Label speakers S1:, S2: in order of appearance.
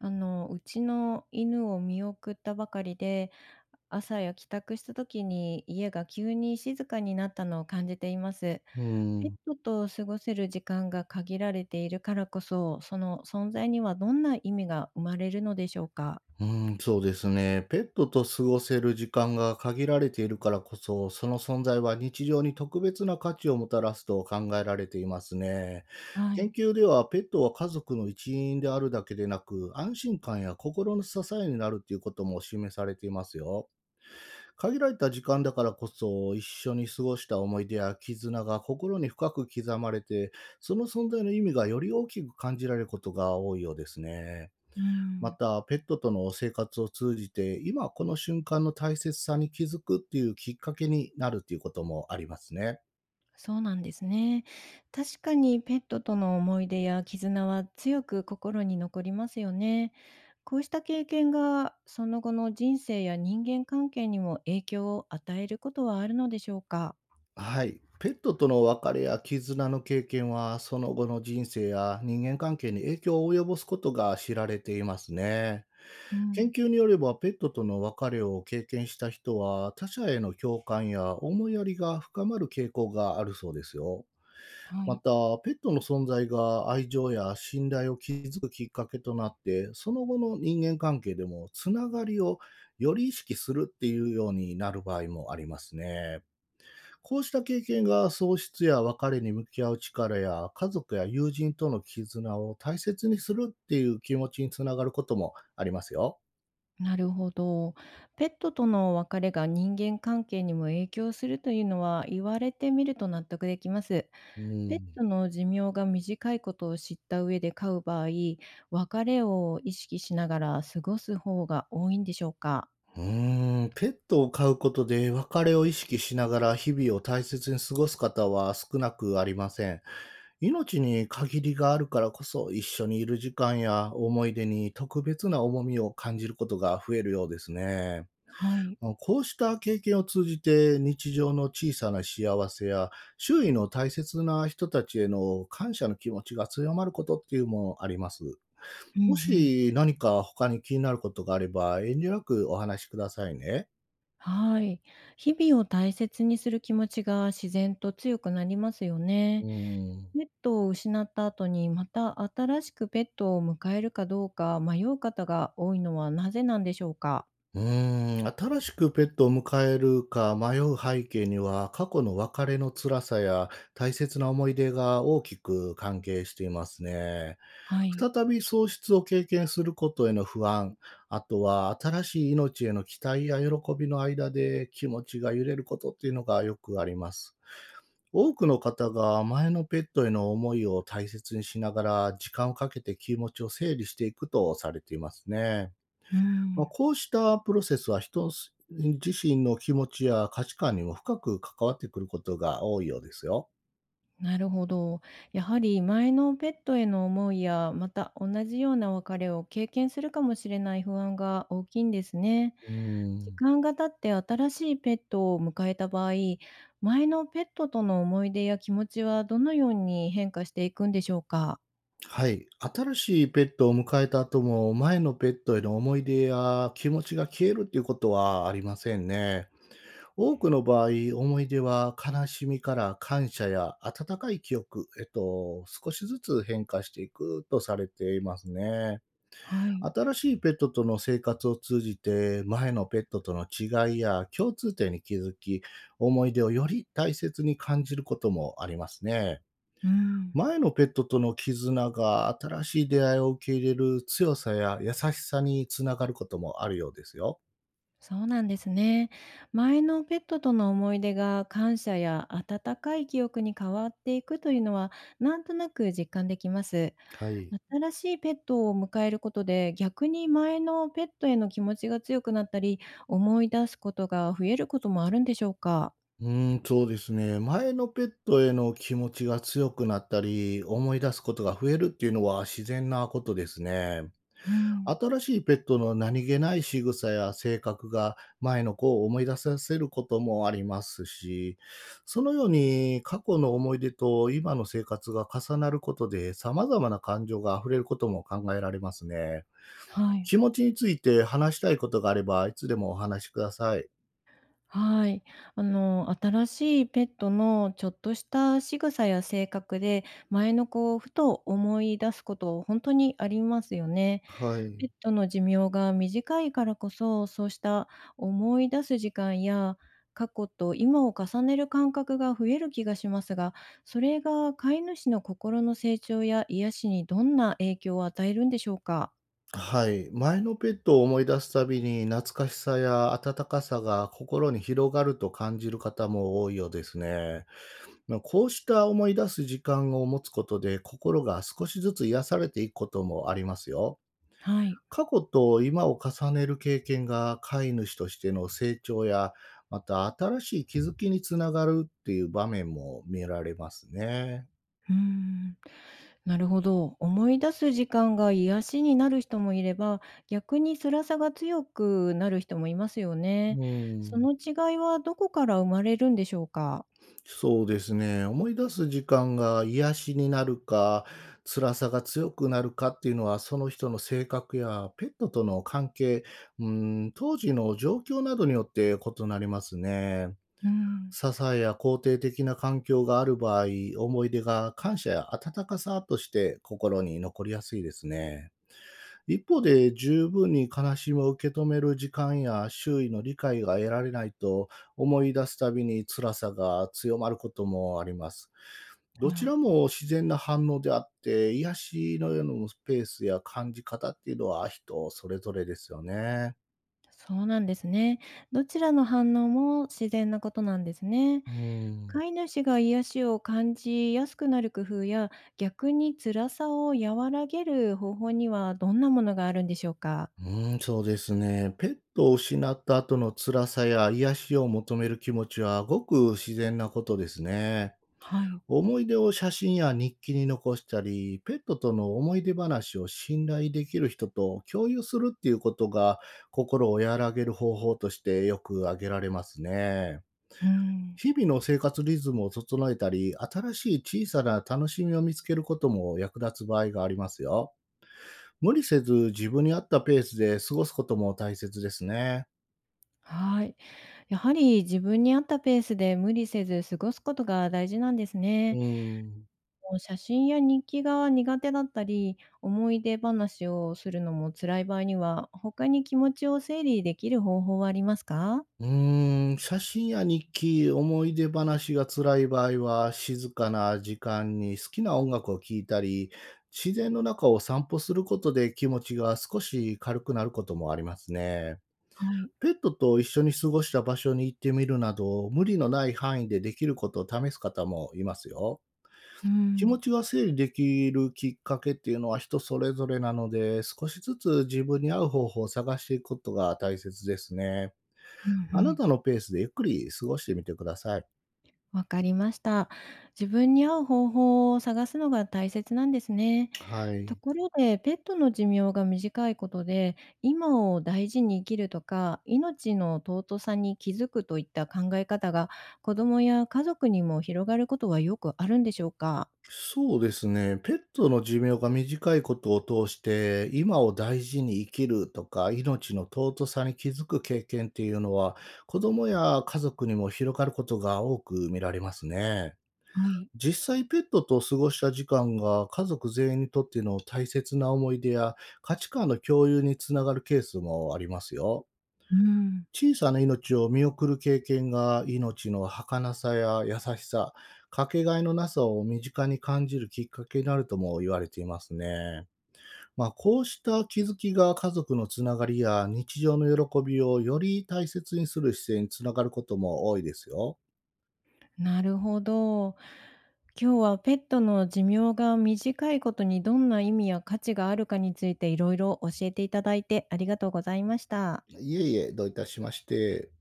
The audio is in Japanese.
S1: あの、うちの犬を見送ったばかりで、朝や帰宅した時に家が急に静かになったのを感じています。
S2: うー
S1: ペッ
S2: ん、
S1: トと過ごせる時間が限られているからこそ、その存在にはどんな意味が生まれるのでしょうか。
S2: うそうですね。ペットと過ごせる時間が限られているからこそ、その存在は日常に特別な価値をもたらすと考えられていますね。
S1: は
S2: 研
S1: い。
S2: 究では、ペットは家族の一員であるだけでなく、安心感や心の支えになるということも示されていますよ。限られた時間だからこそ、一緒に過ごした思い出や絆が心に深く刻まれて、その存在の意味がより大きく感じられることが多いようですね。
S1: う
S2: ま
S1: ん、
S2: た、ペットとの生活を通じて、今この瞬間の大切さに気づくっていうきっかけになるということもありますね。
S1: そうなんですね。確かにペットとの思い出や絆は強く心に残りますよね。こうした経験が、その後の人生や人間関係にも影響を与えることはあるのでしょうか？
S2: はい。ペットとの別れや絆の経験は、その後の人生や人間関係に影響を及ぼすことが知られていますね。
S1: う
S2: 研
S1: ん、
S2: 究によれば、ペットとの別れを経験した人は、他者への共感や思いやりが深まる傾向があるそうですよ。
S1: は
S2: ま
S1: い。
S2: た、ペットの存在が愛情や信頼を築くきっかけとなって、その後の人間関係でもつながりをより意識するっていうようになる場合もありますね。こうした経験が喪失や別れに向き合う力や家族や友人との絆を大切にするっていう気持ちにつながることもありますよ。
S1: なるほど。ペットとの別れが人間関係にも影響するというのは、言われてみると納得できます。
S2: う
S1: ペッ
S2: ん。
S1: トの寿命が短いことを知った上で飼う場合、別れを意識しながら過ごす方が多いんでしょうか？
S2: ペットを飼うことで別れを意識しながら日々を大切に過ごす方は少なくありません。命に限りがあるからこそ、一緒にいる時間や思い出に特別な重みを感じることが増えるようですね。
S1: はい。
S2: こうした経験を通じて、日常の小さな幸せや、周囲の大切な人たちへの感謝の気持ちが強まることっていうのもあります。
S1: うんう
S2: も
S1: ん。
S2: し何か他に気になることがあれば、遠慮なくお話しくださいね。
S1: はい。日々を大切にする気持ちが自然と強くなりますよ
S2: う
S1: ね。
S2: ん。
S1: ペットを失った後にまた新しくペットを迎えるかどうか迷う方が多いのはなぜなんでしょうか。
S2: 新しくペットを迎えるか迷う背景には、過去の別れの辛さや大切な思い出が大きく関係していますね。
S1: はい。
S2: 再び喪失を経験することへの不安、あとは新しい命への期待や喜びの間で気持ちが揺れることっていうのがよくあります。多くの方が前のペットへの思いを大切にしながら時間をかけて気持ちを整理していくとされていますね。
S1: う
S2: まあ、
S1: ん。
S2: こうしたプロセスは人自身の気持ちや価値観にも深く関わってくることが多いようですよ。
S1: なるほど。やはり前のペットへの思いやまた同じような別れを経験するかもしれない不安が大きいんですね。
S2: うー
S1: 時
S2: ん。
S1: 間が経って新しいペットを迎えた場合、前のペットとの思い出や気持ちはどのように変化していくんでしょうか？
S2: はい。新しいペットを迎えた後も、前のペットへの思い出や気持ちが消えるっていうことはありませんね。多くの場合、思い出は悲しみから感謝や温かい記憶へと少しずつ変化していくとされていますね。
S1: はい。
S2: 新しいペットとの生活を通じて、前のペットとの違いや共通点に気づき、思い出をより大切に感じることもありますね。
S1: うん、
S2: 前のペットとの絆が新しい出会いを受け入れる強さや優しさにつながることもあるようですよ。
S1: そうなんですね。前のペットとの思い出が感謝や温かい記憶に変わっていくというのは、なんとなく実感できます。
S2: はい。
S1: 新しいペットを迎えることで、逆に前のペットへの気持ちが強くなったり、思い出すことが増えることもあるんでしょうか？
S2: そうですね。前のペットへの気持ちが強くなったり、思い出すことが増えるっていうのは自然なことですね。
S1: うん、
S2: 新しいペットの何気ない仕草や性格が前の子を思い出させることもありますし、そのように過去の思い出と今の生活が重なることで様々な感情が溢れることも考えられますね。
S1: はい。
S2: 気持ちについて話したいことがあれば、いつでもお話しください。
S1: はい。あの、新しいペットのちょっとした仕草や性格で、前の子をふと思い出すこと本当にありますよね。
S2: は
S1: ペ
S2: い。
S1: ットの寿命が短いからこそ、そうした思い出す時間や、過去と今を重ねる感覚が増える気がしますが、それが飼い主の心の成長や癒しにどんな影響を与えるんでしょうか？
S2: はい。前のペットを思い出すたびに懐かしさや温かさが心に広がると感じる方も多いようですね。まあ、こうした思い出す時間を持つことで、心が少しずつ癒されていくこともありますよ。
S1: はい。
S2: 過去と今を重ねる経験が飼い主としての成長や、また新しい気づきにつながるっていう場面も見られますね。
S1: うーん、なるほど。思い出す時間が癒しになる人もいれば、逆に辛さが強くなる人もいますよね。
S2: う
S1: そ
S2: ん。
S1: の違いはどこから生まれるんでしょうか？
S2: そうですね。思い出す時間が癒しになるか、辛さが強くなるかっていうのは、その人の性格やペットとの関係、う当時の状況などによって異なりますね。
S1: うん。
S2: 支えや肯定的な環境がある場合、思い出が感謝や温かさとして心に残りやすいですね。一方で、十分に悲しみを受け止める時間や周囲の理解が得られないと思い出すたびに辛さが強まることもあります。どち
S1: あ、
S2: らも自然な反応であって、癒しのようなスペースや感じ方っていうのは人それぞれですよね。
S1: そうなんですね。どちらの反応も自然なことなんですね。
S2: うん。
S1: 飼い主が癒しを感じやすくなる工夫や、逆に辛さを和らげる方法にはどんなものがあるんでしょうか？
S2: うん、そうですね。ペットを失った後の辛さや癒しを求める気持ちはごく自然なことですね。
S1: はい。
S2: 思い出を写真や日記に残したり、ペットとの思い出話を信頼できる人と共有するっていうことが心を和らげる方法としてよく挙げられますね。
S1: うーん。
S2: 日々の生活リズムを整えたり、新しい小さな楽しみを見つけることも役立つ場合がありますよ。無理せず自分に合ったペースで過ごすことも大切ですね。
S1: はい。やはり自分に合ったペースで無理せず過ごすことが大事なんです
S2: う
S1: ね。
S2: ん、
S1: もう写真や日記が苦手だったり、思い出話をするのも辛い場合には、他に気持ちを整理できる方法はありますか。
S2: 写真や日記、思い出話が辛い場合は、静かな時間に好きな音楽を聴いたり、自然の中を散歩することで気持ちが少し軽くなることもありますね。
S1: はい。
S2: ペットと一緒に過ごした場所に行ってみるなど、無理のない範囲でできることを試す方もいますよ。
S1: う
S2: 気持
S1: ん。
S2: ちが整理できるきっかけっていうのは人それぞれなので、少しずつ自分に合う方法を探していくことが大切ですね。
S1: うんう
S2: あな
S1: ん。
S2: たのペースでゆっくり過ごしてみてください。
S1: わかりました。自分に合う方法を探すのが大切なんですね。
S2: は
S1: と
S2: い。
S1: ころで、ペットの寿命が短いことで、今を大事に生きるとか、命の尊さに気づくといった考え方が、子供や家族にも広がることはよくあるんでしょうか？
S2: そうですね。ペットの寿命が短いことを通して、今を大事に生きるとか、命の尊さに気づく経験っていうのは、子供や家族にも広がることが多く見られますね。
S1: はい。
S2: 実際ペットと過ごした時間が家族全員にとっての大切な思い出や価値観の共有につながるケースもありますよ。
S1: うん。
S2: 小さな命を見送る経験が、命の儚さや優しさ、かけがえのなさを身近に感じるきっかけになるとも言われていますね。まあ、こうした気づきが家族のつながりや日常の喜びをより大切にする姿勢につながることも多いですよ。
S1: なるほど。今日はペットの寿命が短いことにどんな意味や価値があるかについていろいろ教えていただいてありがとうございました。
S2: いえいえ、どういたしまして。